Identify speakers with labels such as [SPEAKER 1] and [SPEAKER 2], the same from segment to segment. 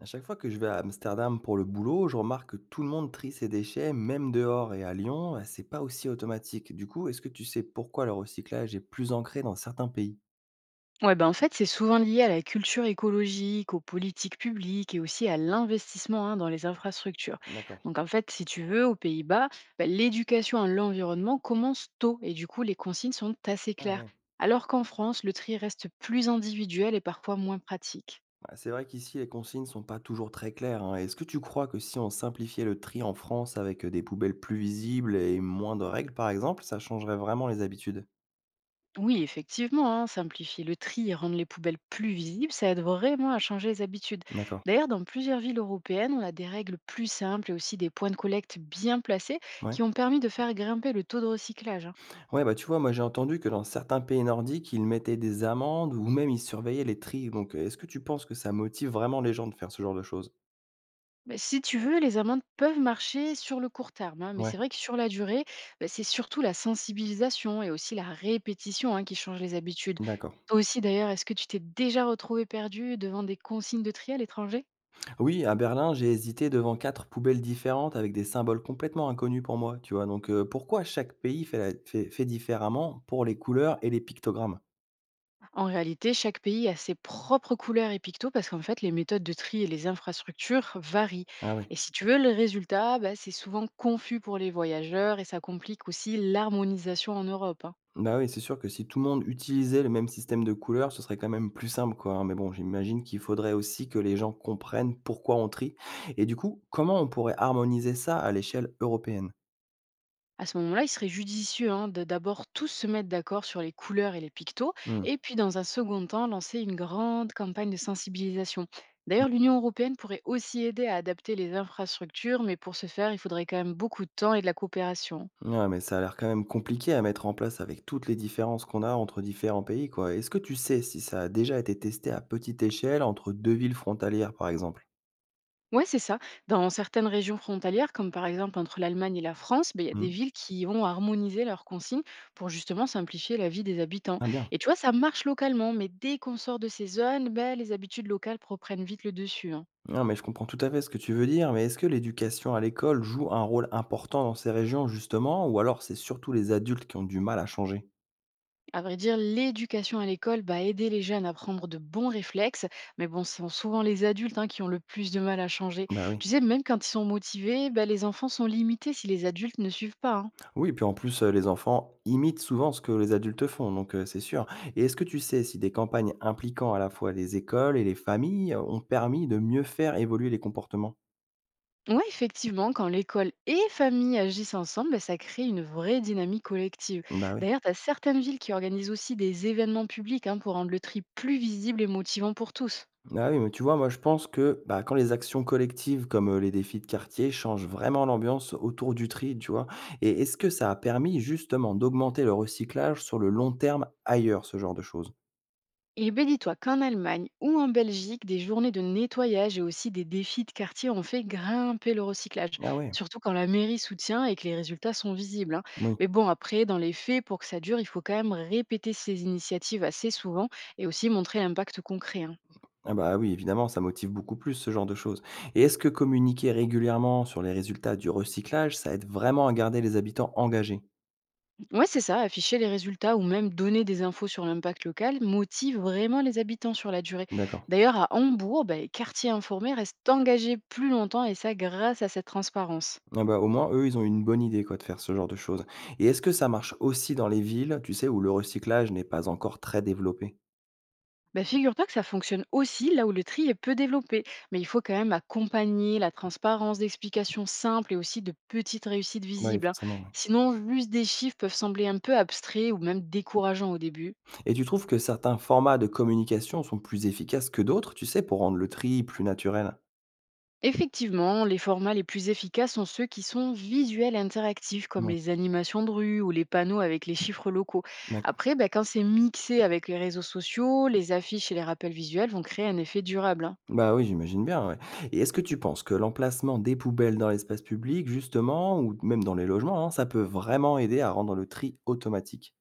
[SPEAKER 1] À chaque fois que je vais à Amsterdam pour le boulot, je remarque que tout le monde trie ses déchets, même dehors et à Lyon, c'est pas aussi automatique. Du coup, est-ce que tu sais pourquoi le recyclage est plus ancré dans certains pays?
[SPEAKER 2] Ouais, ben en fait, c'est souvent lié à la culture écologique, aux politiques publiques et aussi à l'investissement, hein, dans les infrastructures.
[SPEAKER 1] D'accord.
[SPEAKER 2] Donc en fait, si tu veux, aux Pays-Bas, ben, l'éducation à l'environnement commence tôt et du coup, les consignes sont assez
[SPEAKER 1] Ah
[SPEAKER 2] claires.
[SPEAKER 1] ouais.
[SPEAKER 2] Alors qu'en France, le tri reste plus individuel et parfois moins pratique.
[SPEAKER 1] Ah, c'est vrai qu'ici, les consignes sont pas toujours très claires, hein. Est-ce que tu crois que si on simplifiait le tri en France avec des poubelles plus visibles et moins de règles, par exemple, ça changerait vraiment les habitudes?
[SPEAKER 2] Oui, effectivement, hein, simplifier le tri et rendre les poubelles plus visibles, ça aide vraiment à changer les habitudes.
[SPEAKER 1] D'accord.
[SPEAKER 2] D'ailleurs, dans plusieurs villes européennes, on a des règles plus simples et aussi des points de collecte bien placés
[SPEAKER 1] Ouais.
[SPEAKER 2] qui ont permis de faire grimper le taux de recyclage, hein.
[SPEAKER 1] Ouais, bah, tu vois, moi j'ai entendu que dans certains pays nordiques, ils mettaient des amendes ou même ils surveillaient les tri. Donc, est-ce que tu penses que ça motive vraiment les gens de faire ce genre de choses?
[SPEAKER 2] Mais si tu veux, les amendes peuvent marcher sur le court terme, hein, mais
[SPEAKER 1] Ouais,
[SPEAKER 2] c'est vrai que sur la durée, bah, c'est surtout la sensibilisation et aussi la répétition, hein, qui changent les habitudes.
[SPEAKER 1] d'accord.
[SPEAKER 2] Toi aussi, d'ailleurs, est-ce que tu t'es déjà retrouvé perdu devant des consignes de tri à l'étranger?
[SPEAKER 1] Oui, à Berlin, j'ai hésité devant quatre poubelles différentes avec des symboles complètement inconnus pour moi, tu vois. Donc, pourquoi chaque pays fait différemment pour les couleurs et les pictogrammes?
[SPEAKER 2] En réalité, chaque pays a ses propres couleurs et pictos parce qu'en fait, les méthodes de tri et les infrastructures varient.
[SPEAKER 1] Ah oui.
[SPEAKER 2] Et si tu veux, le résultat, bah, c'est souvent confus pour les voyageurs et ça complique aussi l'harmonisation en Europe, hein.
[SPEAKER 1] Bah, oui, c'est sûr que si tout le monde utilisait le même système de couleurs, ce serait quand même plus simple, quoi, hein. Mais bon, j'imagine qu'il faudrait aussi que les gens comprennent pourquoi on trie. Et du coup, comment on pourrait harmoniser ça à l'échelle européenne?
[SPEAKER 2] À ce moment-là, il serait judicieux, hein, de d'abord tous se mettre d'accord sur les couleurs et les pictos,
[SPEAKER 1] Mmh.
[SPEAKER 2] et puis dans un second temps, lancer une grande campagne de sensibilisation. D'ailleurs, l'Union européenne pourrait aussi aider à adapter les infrastructures, mais pour ce faire, il faudrait quand même beaucoup de temps et de la coopération.
[SPEAKER 1] Ouais, mais ça a l'air quand même compliqué à mettre en place avec toutes les différences qu'on a entre différents pays, quoi. Est-ce que tu sais si ça a déjà été testé à petite échelle entre deux villes frontalières, par exemple?
[SPEAKER 2] Ouais, c'est ça. Dans certaines régions frontalières, comme par exemple entre l'Allemagne et la France, ben, il y a des
[SPEAKER 1] Mmh.
[SPEAKER 2] villes qui ont harmonisé leurs consignes pour justement simplifier la vie des habitants.
[SPEAKER 1] Ah bien.
[SPEAKER 2] Et tu vois, ça marche localement, mais dès qu'on sort de ces zones, ben, les habitudes locales reprennent vite le dessus, hein.
[SPEAKER 1] Non, mais je comprends tout à fait ce que tu veux dire, mais est-ce que l'éducation à l'école joue un rôle important dans ces régions justement, ou alors c'est surtout les adultes qui ont du mal à changer?
[SPEAKER 2] À vrai dire, l'éducation à l'école va aider les jeunes à prendre de bons réflexes, mais bon, ce sont souvent les adultes, hein, qui ont le plus de mal à changer.
[SPEAKER 1] Bah oui.
[SPEAKER 2] Tu sais, même quand ils sont motivés, ben, les enfants sont limités si les adultes ne suivent pas, hein.
[SPEAKER 1] Oui, puis en plus, les enfants imitent souvent ce que les adultes font, donc c'est sûr. Et est-ce que tu sais si des campagnes impliquant à la fois les écoles et les familles ont permis de mieux faire évoluer les comportements?
[SPEAKER 2] Oui, effectivement, quand l'école et famille agissent ensemble, bah, ça crée une vraie dynamique collective.
[SPEAKER 1] Bah oui.
[SPEAKER 2] D'ailleurs, tu as certaines villes qui organisent aussi des événements publics, hein, pour rendre le tri plus visible et motivant pour tous.
[SPEAKER 1] Ah oui, mais tu vois, moi je pense que bah, quand les actions collectives comme les défis de quartier changent vraiment l'ambiance autour du tri, tu vois, et est-ce que ça a permis justement d'augmenter le recyclage sur le long terme ailleurs, ce genre de choses?
[SPEAKER 2] Et ben dis-toi qu'en Allemagne ou en Belgique, des journées de nettoyage et aussi des défis de quartier ont fait grimper le recyclage,
[SPEAKER 1] Ah ouais,
[SPEAKER 2] surtout quand la mairie soutient et que les résultats sont visibles, hein.
[SPEAKER 1] oui.
[SPEAKER 2] Mais bon, après, dans les faits, pour que ça dure, il faut quand même répéter ces initiatives assez souvent et aussi montrer l'impact concret, hein.
[SPEAKER 1] Ah bah oui, évidemment, ça motive beaucoup plus ce genre de choses. Et est-ce que communiquer régulièrement sur les résultats du recyclage, ça aide vraiment à garder les habitants engagés?
[SPEAKER 2] Ouais, c'est ça, afficher les résultats ou même donner des infos sur l'impact local motive vraiment les habitants sur la durée.
[SPEAKER 1] D'accord.
[SPEAKER 2] D'ailleurs, à Hambourg, bah, les quartiers informés restent engagés plus longtemps et ça grâce à cette transparence.
[SPEAKER 1] Ah bah, au moins, eux, ils ont une bonne idée quoi, de faire ce genre de choses. Et est-ce que ça marche aussi dans les villes, tu sais, où le recyclage n'est pas encore très développé?
[SPEAKER 2] Bah, figure-toi que ça fonctionne aussi là où le tri est peu développé, mais il faut quand même accompagner la transparence d'explications simples et aussi de petites réussites
[SPEAKER 1] Bah oui,
[SPEAKER 2] visibles, hein.
[SPEAKER 1] forcément, ouais.
[SPEAKER 2] Sinon, juste des chiffres peuvent sembler un peu abstraits ou même décourageants au début.
[SPEAKER 1] Et tu trouves que certains formats de communication sont plus efficaces que d'autres, tu sais, pour rendre le tri plus naturel?
[SPEAKER 2] Effectivement, les formats les plus efficaces sont ceux qui sont visuels et interactifs, comme
[SPEAKER 1] Mouais,
[SPEAKER 2] les animations de rue ou les panneaux avec les chiffres locaux.
[SPEAKER 1] d'accord.
[SPEAKER 2] Après, bah, quand c'est mixé avec les réseaux sociaux, les affiches et les rappels visuels vont créer un effet durable, hein.
[SPEAKER 1] Bah oui, j'imagine bien, ouais. Et est-ce que tu penses que l'emplacement des poubelles dans l'espace public, justement, ou même dans les logements, hein, ça peut vraiment aider à rendre le tri automatique?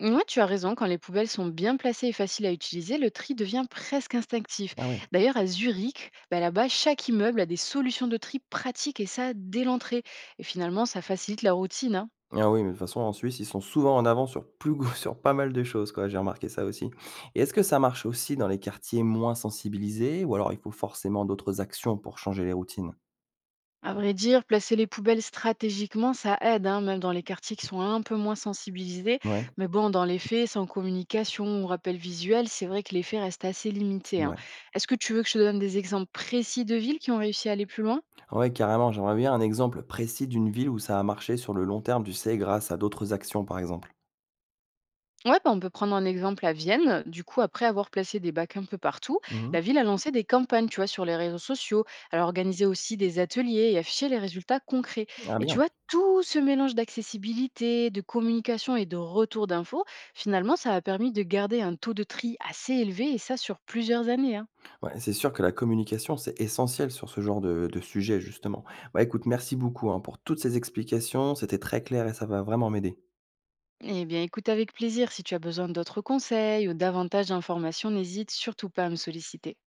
[SPEAKER 2] Ouais, tu as raison, quand les poubelles sont bien placées et faciles à utiliser, le tri devient presque instinctif.
[SPEAKER 1] Ah ouais.
[SPEAKER 2] D'ailleurs, à Zurich, bah, là-bas, chaque immeuble a des solutions de tri pratiques et ça dès l'entrée. Et finalement, ça facilite la routine, hein.
[SPEAKER 1] Ah oui, mais de toute façon, en Suisse, ils sont souvent en avance sur plus sur pas mal de choses, quoi, j'ai remarqué ça aussi. Et est-ce que ça marche aussi dans les quartiers moins sensibilisés, ou alors il faut forcément d'autres actions pour changer les routines?
[SPEAKER 2] À vrai dire, placer les poubelles stratégiquement, ça aide, hein, même dans les quartiers qui sont un peu moins sensibilisés.
[SPEAKER 1] Ouais,
[SPEAKER 2] Mais bon, dans les faits, sans communication ou rappel visuel, c'est vrai que l'effet reste assez
[SPEAKER 1] c'est
[SPEAKER 2] limité, hein.
[SPEAKER 1] vrai.
[SPEAKER 2] Est-ce que tu veux que je te donne des exemples précis de villes qui ont réussi à aller plus loin?
[SPEAKER 1] Ouais, carrément, j'aimerais bien un exemple précis d'une ville où ça a marché sur le long terme, tu sais, grâce à d'autres actions, par exemple.
[SPEAKER 2] Ouais, bah, on peut prendre un exemple à Vienne. Du coup, après avoir placé des bacs un peu partout,
[SPEAKER 1] Mhm.
[SPEAKER 2] la ville a lancé des campagnes, tu vois, sur les réseaux sociaux. Elle a organisé aussi des ateliers et affiché les résultats concrets.
[SPEAKER 1] Ah
[SPEAKER 2] Et tu
[SPEAKER 1] bien.
[SPEAKER 2] vois, tout ce mélange d'accessibilité, de communication et de retour d'infos, finalement, ça a permis de garder un taux de tri assez élevé et ça sur plusieurs années, hein.
[SPEAKER 1] Ouais, c'est sûr que la communication, c'est essentiel sur ce genre de sujet, justement. Bah écoute, merci beaucoup hein, pour toutes ces explications, c'était très clair et ça va vraiment m'aider.
[SPEAKER 2] Eh bien, écoute avec plaisir. Si tu as besoin d'autres conseils ou davantage d'informations, n'hésite surtout pas à me solliciter.